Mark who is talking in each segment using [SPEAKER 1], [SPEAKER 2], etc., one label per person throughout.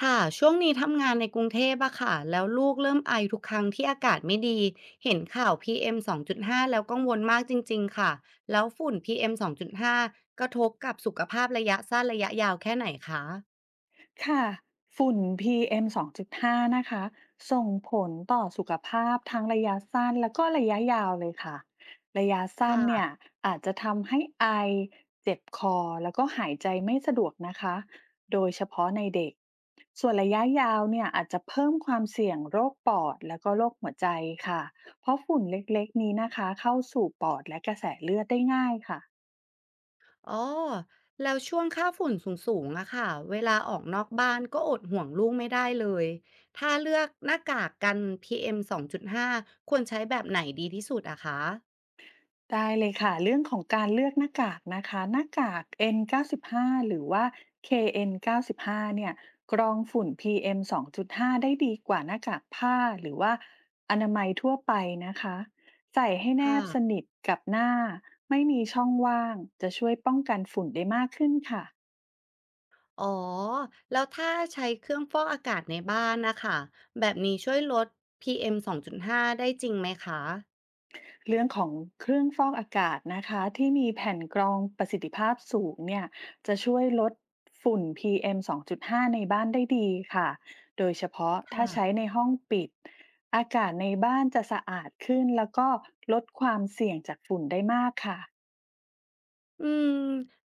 [SPEAKER 1] ค่ะช่วงนี้ทำงานในกรุงเทพอะค่ะแล้วลูกเริ่มไอทุกครั้งที่อากาศไม่ดีเห็นข่าว PM 2.5แล้วกังวลมากจริงๆค่ะแล้วฝุ่น PM 2.5กระทบกับสุขภาพระยะสั้นระยะยาวแค่ไหนคะ
[SPEAKER 2] ค่ะฝุ่น PM 2.5นะคะ ส่งผลต่อสุขภาพทั้งระยะสั้นแล้วก็ระยะยาวเลยค่ะ ระยะสั้น
[SPEAKER 1] ค่ะ
[SPEAKER 2] เนี่ยอาจจะทำให้ไอเจ็บคอแล้วก็หายใจไม่สะดวกนะคะ โดยเฉพาะในเด็ก ส่วนระยะยาวเนี่ยอาจจะเพิ่มความเสี่ยงโรคปอดแล้วก็โรคหัวใจค่ะเพราะฝุ่นเล็กๆนี้นะคะเข้าสู่ปอดและกระแสเลือดได้ง่ายค่ะ
[SPEAKER 1] อ๋อแล้วช่วงค่าฝุ่นสูงๆอะค่ะเวลาออกนอกบ้านก็อดห่วงลูกไม่ได้เลยถ้าเลือกหน้ากากกัน PM 2.5ควรใช้แบบไหนดีที่สุดอะคะ
[SPEAKER 2] ได้เลยค่ะเรื่องของการเลือกหน้ากากนะคะหน้ากาก N95 หาหรือว่า KN95 เอ็นเก้าสิบห้าเนี่ยกรองฝุ่น PM 2.5ได้ดีกว่าหน้ากากผ้าหรือว่าอนามัยทั่วไปนะคะใส่ให้แน
[SPEAKER 1] ค่ะ
[SPEAKER 2] บสนิทกับหน้าไม่มีช่องว่างจะช่วยป้องกันฝุ่นได้มากขึ้นค่ะ
[SPEAKER 1] อ๋อ แล้วถ้าใช้เครื่องฟอกอากาศในบ้านนะคะ แบบนี้ช่วยลด PM 2.5ได้จริงไหมคะ
[SPEAKER 2] เรื่องของเครื่องฟอกอากาศนะคะที่มีแผ่นกรองประสิทธิภาพสูงเนี่ยจะช่วยลดฝุ่น PM 2.5ในบ้านได้ดีค่ะโดยเฉพาะถ้าใช้
[SPEAKER 1] ค่ะ
[SPEAKER 2] ในห้องปิดอากาศในบ้านจะสะอาดขึ้นแล้วก็ลดความเสี่ยงจากฝุ่นได้มากค่ะ
[SPEAKER 1] อืม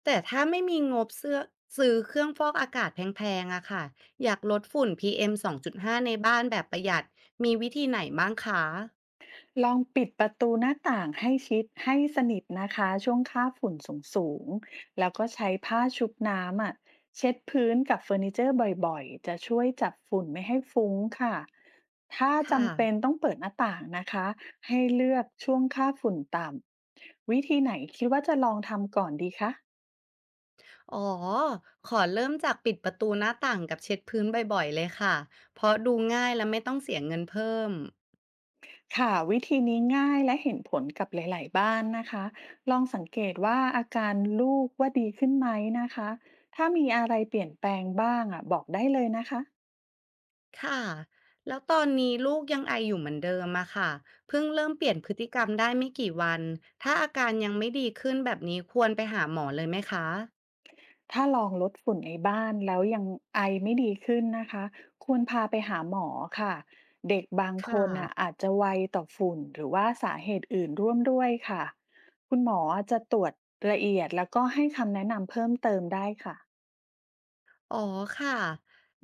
[SPEAKER 1] แต่ถ้าไม่มีงบเสื้อซื้อเครื่องฟอกอากาศแพงๆอะค่ะอยากลดฝุ่น PM 2.5ในบ้านแบบประหยัด มีวิธีไหนบ้างคะ
[SPEAKER 2] ลองปิดประตูหน้าต่างให้ชิดให้สนิทนะคะช่วงค่าฝุ่นสูงๆแล้วก็ใช้ผ้าชุบน้ำอ่ะเช็ดพื้นกับเฟอร์นิเจอร์บ่อยๆจะช่วยจับฝุ่นไม่ให้ฟุ้งค่ะถ้า
[SPEAKER 1] ค่ะ
[SPEAKER 2] จำเป็นต้องเปิดหน้าต่างนะคะให้เลือกช่วงค่าฝุ่นต่ำวิธีไหนคิดว่าจะลองทำก่อนดีคะ
[SPEAKER 1] อ๋อ ขอเริ่มจากปิดประตูหน้าต่างกับเช็ดพื้นบ่อยๆเลยค่ะ เพราะดูง่ายและไม่ต้องเสียเงินเพิ่ม
[SPEAKER 2] ค่ะวิธีนี้ง่ายและเห็นผลกับหลายๆบ้านนะคะลองสังเกตว่าอาการลูกว่าดีขึ้นไหมนะคะถ้ามีอะไรเปลี่ยนแปลงบ้างอ่ะบอกได้เลยนะคะ
[SPEAKER 1] ค่ะแล้วตอนนี้ลูกยังไออยู่เหมือนเดิมอะค่ะเพิ่งเริ่มเปลี่ยนพฤติกรรมได้ไม่กี่วัน ถ้าอาการยังไม่ดีขึ้นแบบนี้ควรไปหาหมอเลยไหมคะ
[SPEAKER 2] ถ้าลองลดฝุ่นในบ้านแล้วยังไอไม่ดีขึ้นนะคะควรพาไปหาหมอค่ะเด็กบาง
[SPEAKER 1] ค่
[SPEAKER 2] คนอ่ะ
[SPEAKER 1] ะ
[SPEAKER 2] อาจจะไวต่อฝุ่นหรือว่าสาเหตุอื่นร่วมด้วยค่ะคุณหมอจะตรวจละเอียดแล้วก็ให้คำแนะนำเพิ่มเติมได้ค่ะ
[SPEAKER 1] อ๋อค่ะ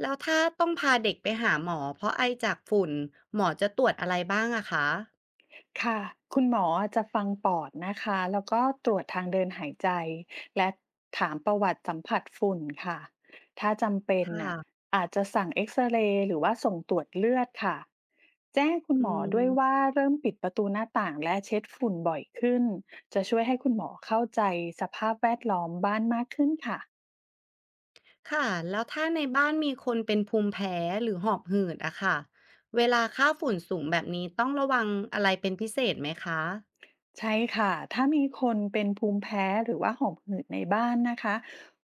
[SPEAKER 1] แล้วถ้าต้องพาเด็กไปหาหมอเพราะไอจากฝุ่นหมอจะตรวจอะไรบ้างอะคะ
[SPEAKER 2] ค่ะคุณหมอจะฟังปอดนะคะ แล้วก็ตรวจทางเดินหายใจ และถามประวัติสัมผัสฝุ่นค่ะ ถ้าจำเป็
[SPEAKER 1] ค
[SPEAKER 2] นน่ะ
[SPEAKER 1] ่ะ
[SPEAKER 2] อาจจะสั่งเอ็กซเรย์หรือว่าส่งตรวจเลือดค่ะ แจ้งคุณ
[SPEAKER 1] อื
[SPEAKER 2] หมอ
[SPEAKER 1] ม
[SPEAKER 2] ด้วยว่าเริ่มปิดประตูหน้าต่างและเช็ดฝุ่นบ่อยขึ้น จะช่วยให้คุณหมอเข้าใจสภาพแวดล้อมบ้านมากขึ้นค่ะ
[SPEAKER 1] ค่ะแล้วถ้าในบ้านมีคนเป็นภูมิแพ้หรือหอบหืดอะค่ะ เวลาค่าฝุ่นสูงแบบนี้ต้องระวังอะไรเป็นพิเศษไหมคะ
[SPEAKER 2] ใช่ค่ะ ถ้ามีคนเป็นภูมิแพ้หรือว่าหอบหืดในบ้านนะคะ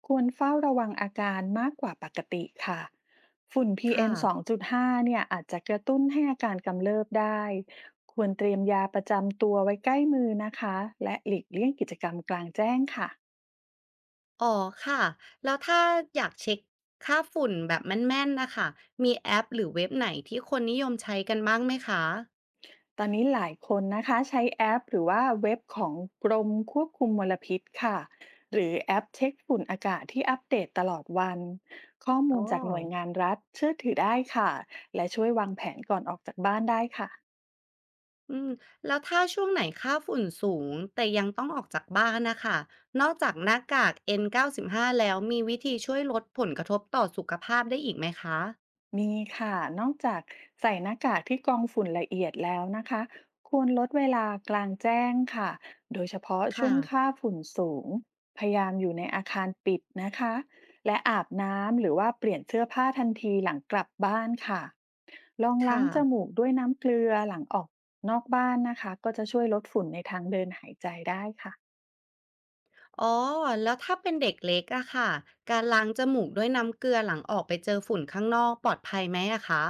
[SPEAKER 2] ควรเฝ้าระวังอาการมากกว่าปกติค่ะ ฝุ่น
[SPEAKER 1] ค่ะ
[SPEAKER 2] PM 2.5เอ็มสองจุดห้าเนี่ยอาจจะกระตุ้นให้อาการกำเริบได้ ควรเตรียมยาประจำตัวไว้ใกล้มือนะคะ และหลีกเลี่ยงกิจกรรมกลางแจ้งค่ะ
[SPEAKER 1] อ๋อค่ะแล้วถ้าอยากเช็คค่าฝุ่นแบบแม่นๆนะคะมีแอปหรือเว็บไหนที่คนนิยมใช้กันบ้างไหมคะ
[SPEAKER 2] ตอนนี้หลายคนนะคะใช้แอปหรือว่าเว็บของกรมควบคุมมลพิษค่ะหรือแอปเช็คฝุ่นอากาศที่อัปเดตตลอดวันข้อ
[SPEAKER 1] อ๋
[SPEAKER 2] มู
[SPEAKER 1] อ
[SPEAKER 2] ลจากหน่วยงานรัฐเชื่อถือได้ค่ะและช่วยวางแผนก่อนออกจากบ้านได้ค่ะ
[SPEAKER 1] อืมแล้วถ้าช่วงไหนค่าฝุ่นสูงแต่ยังต้องออกจากบ้านนะคะนอกจากหน้ากาก N95 แล้วมีวิธีช่วยลดผลกระทบต่อสุขภาพได้อีกไหมคะ
[SPEAKER 2] มีค่ะนอกจากใส่หน้ากากที่กรองฝุ่นละเอียดแล้วนะคะควรลดเวลากลางแจ้งค่ะโดยเฉพาะช่
[SPEAKER 1] ค่ะ
[SPEAKER 2] วงค่าฝุ่นสูง พยายามอยู่ในอาคารปิดนะคะและอาบน้ำหรือว่าเปลี่ยนเสื้อผ้าทันทีหลังกลับบ้านค่ะลองล้า
[SPEAKER 1] ค่ะ
[SPEAKER 2] งจมูกด้วยน้ำเกลือหลังออกนอกบ้านนะคะก็จะช่วยลดฝุ่นในทางเดินหายใจได้ค่ะ
[SPEAKER 1] อ๋อแล้วถ้าเป็นเด็กเล็กอะค่ะการล้างจมูกด้วยน้ำเกลือหลังออกไปเจอฝุ่นข้างนอกปลอดภัยไหมอะคะ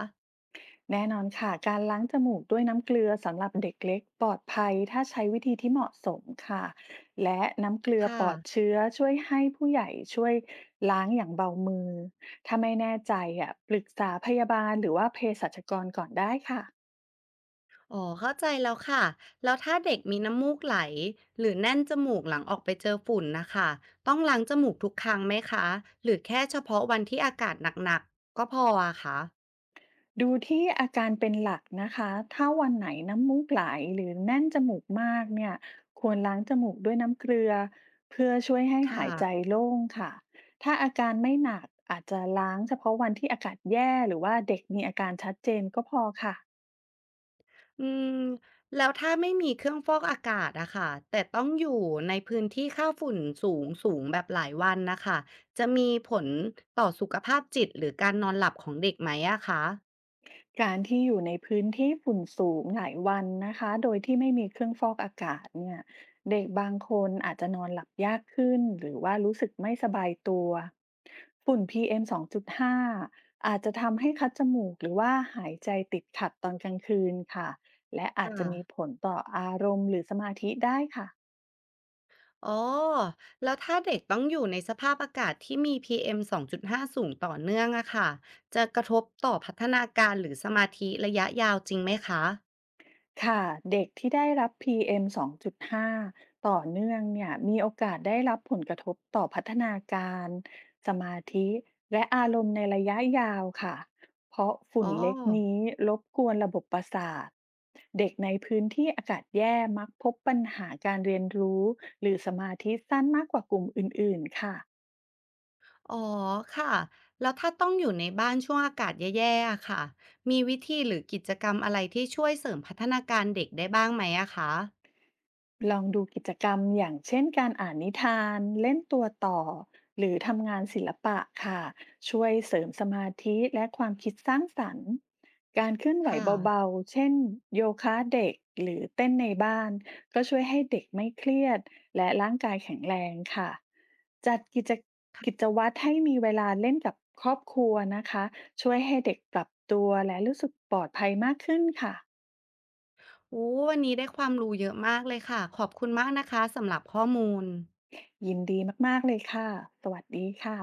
[SPEAKER 2] แน่นอนค่ะการล้างจมูกด้วยน้ำเกลือสำหรับเด็กเล็กปลอดภัยถ้าใช้วิธีที่เหมาะสมค่ะและน้ำเกลือ
[SPEAKER 1] ค่ะ
[SPEAKER 2] ปลอดเชื้อช่วยให้ผู้ใหญ่ช่วยล้างอย่างเบามือถ้าไม่แน่ใจอ่ะปรึกษาพยาบาลหรือว่าเภสัชกรก่อนได้ค่ะ
[SPEAKER 1] อ๋อเข้าใจแล้วค่ะแล้วถ้าเด็กมีน้ำมูกไหลหรือแน่นจมูกหลังออกไปเจอฝุ่นนะคะต้องล้างจมูกทุกครั้งไหมคะหรือแค่เฉพาะวันที่อากาศหนักๆก็พออะคะ
[SPEAKER 2] ดูที่อาการเป็นหลักนะคะ ถ้าวันไหนน้ำมูกไหลหรือแน่นจมูกมากเนี่ย ควรล้างจมูกด้วยน้ำเกลือเพื่อช่วยให้
[SPEAKER 1] ค่ะ
[SPEAKER 2] หายใจโล่งค่ะ ถ้าอาการไม่หนักอาจจะล้างเฉพาะวันที่อากาศแย่หรือว่าเด็กมีอาการชัดเจนก็พอค่ะ
[SPEAKER 1] อืมแล้วถ้าไม่มีเครื่องฟอกอากาศอะค่ะแต่ต้องอยู่ในพื้นที่ค่าฝุ่นสูงสูงแบบหลายวันนะคะจะมีผลต่อสุขภาพจิตหรือการนอนหลับของเด็กไหมอะคะ
[SPEAKER 2] การที่อยู่ในพื้นที่ฝุ่นสูงหลายวันนะคะโดยที่ไม่มีเครื่องฟอกอากาศเนี่ยเด็กบางคนอาจจะนอนหลับยากขึ้นหรือว่ารู้สึกไม่สบายตัว ฝุ่น PM 2.5อมสองจุดห้าอาจจะทำให้คัดจมูกหรือว่าหายใจติดขัดตอนกลางคืนค่ะและอาจ
[SPEAKER 1] ค่ะ
[SPEAKER 2] จะมีผลต่ออารมณ์หรือสมาธิได้ค่ะ
[SPEAKER 1] อ๋อแล้วถ้าเด็กต้องอยู่ในสภาพอากาศที่มี PM 2.5สองจุดห้าสูงต่อเนื่องอะค่ะจะกระทบต่อพัฒนาการหรือสมาธิระยะยาวจริงไหมคะ
[SPEAKER 2] ค่ะเด็กที่ได้รับ PM 2.5ต่อเนื่องเนี่ยมีโอกาสได้รับผลกระทบต่อพัฒนาการสมาธิและอารมณ์ในระยะยาวค่ะเพราะ
[SPEAKER 1] อ๋อ
[SPEAKER 2] ฝุ่นเล็กนี้รบกวนระบบประสาทเด็กในพื้นที่อากาศแย่มักพบปัญหาการเรียนรู้หรือสมาธิสั้นมากกว่ากลุ่มอื่นๆค่ะ
[SPEAKER 1] อ๋อค่ะแล้วถ้าต้องอยู่ในบ้านช่วงอากาศแย่ๆอะค่ะ มีวิธีหรือกิจกรรมอะไรที่ช่วยเสริมพัฒนาการเด็กได้บ้างไหมอะคะ
[SPEAKER 2] ลองดูกิจกรรมอย่างเช่นการอ่านนิทานเล่นตัวต่อหรือทำงานศิลปะค่ะช่วยเสริมสมาธิและความคิดสร้างสรรค์การเคลื่อนไหว
[SPEAKER 1] ค่ะ
[SPEAKER 2] เบาๆเช่นโยคะเด็กหรือเต้นในบ้านก็ช่วยให้เด็กไม่เครียดและร่างกายแข็งแรงค่ะจัดกิจวัตรให้มีเวลาเล่นกับครอบครัวนะคะช่วยให้เด็กปรับตัวและรู้สึกปลอดภัยมากขึ้นค่ะ
[SPEAKER 1] โอ้วันนี้ได้ความรู้เยอะมากเลยค่ะขอบคุณมากนะคะสำหรับข้อมูล
[SPEAKER 2] ยินดีมากๆเลยค่ะสวัสดีค่ะ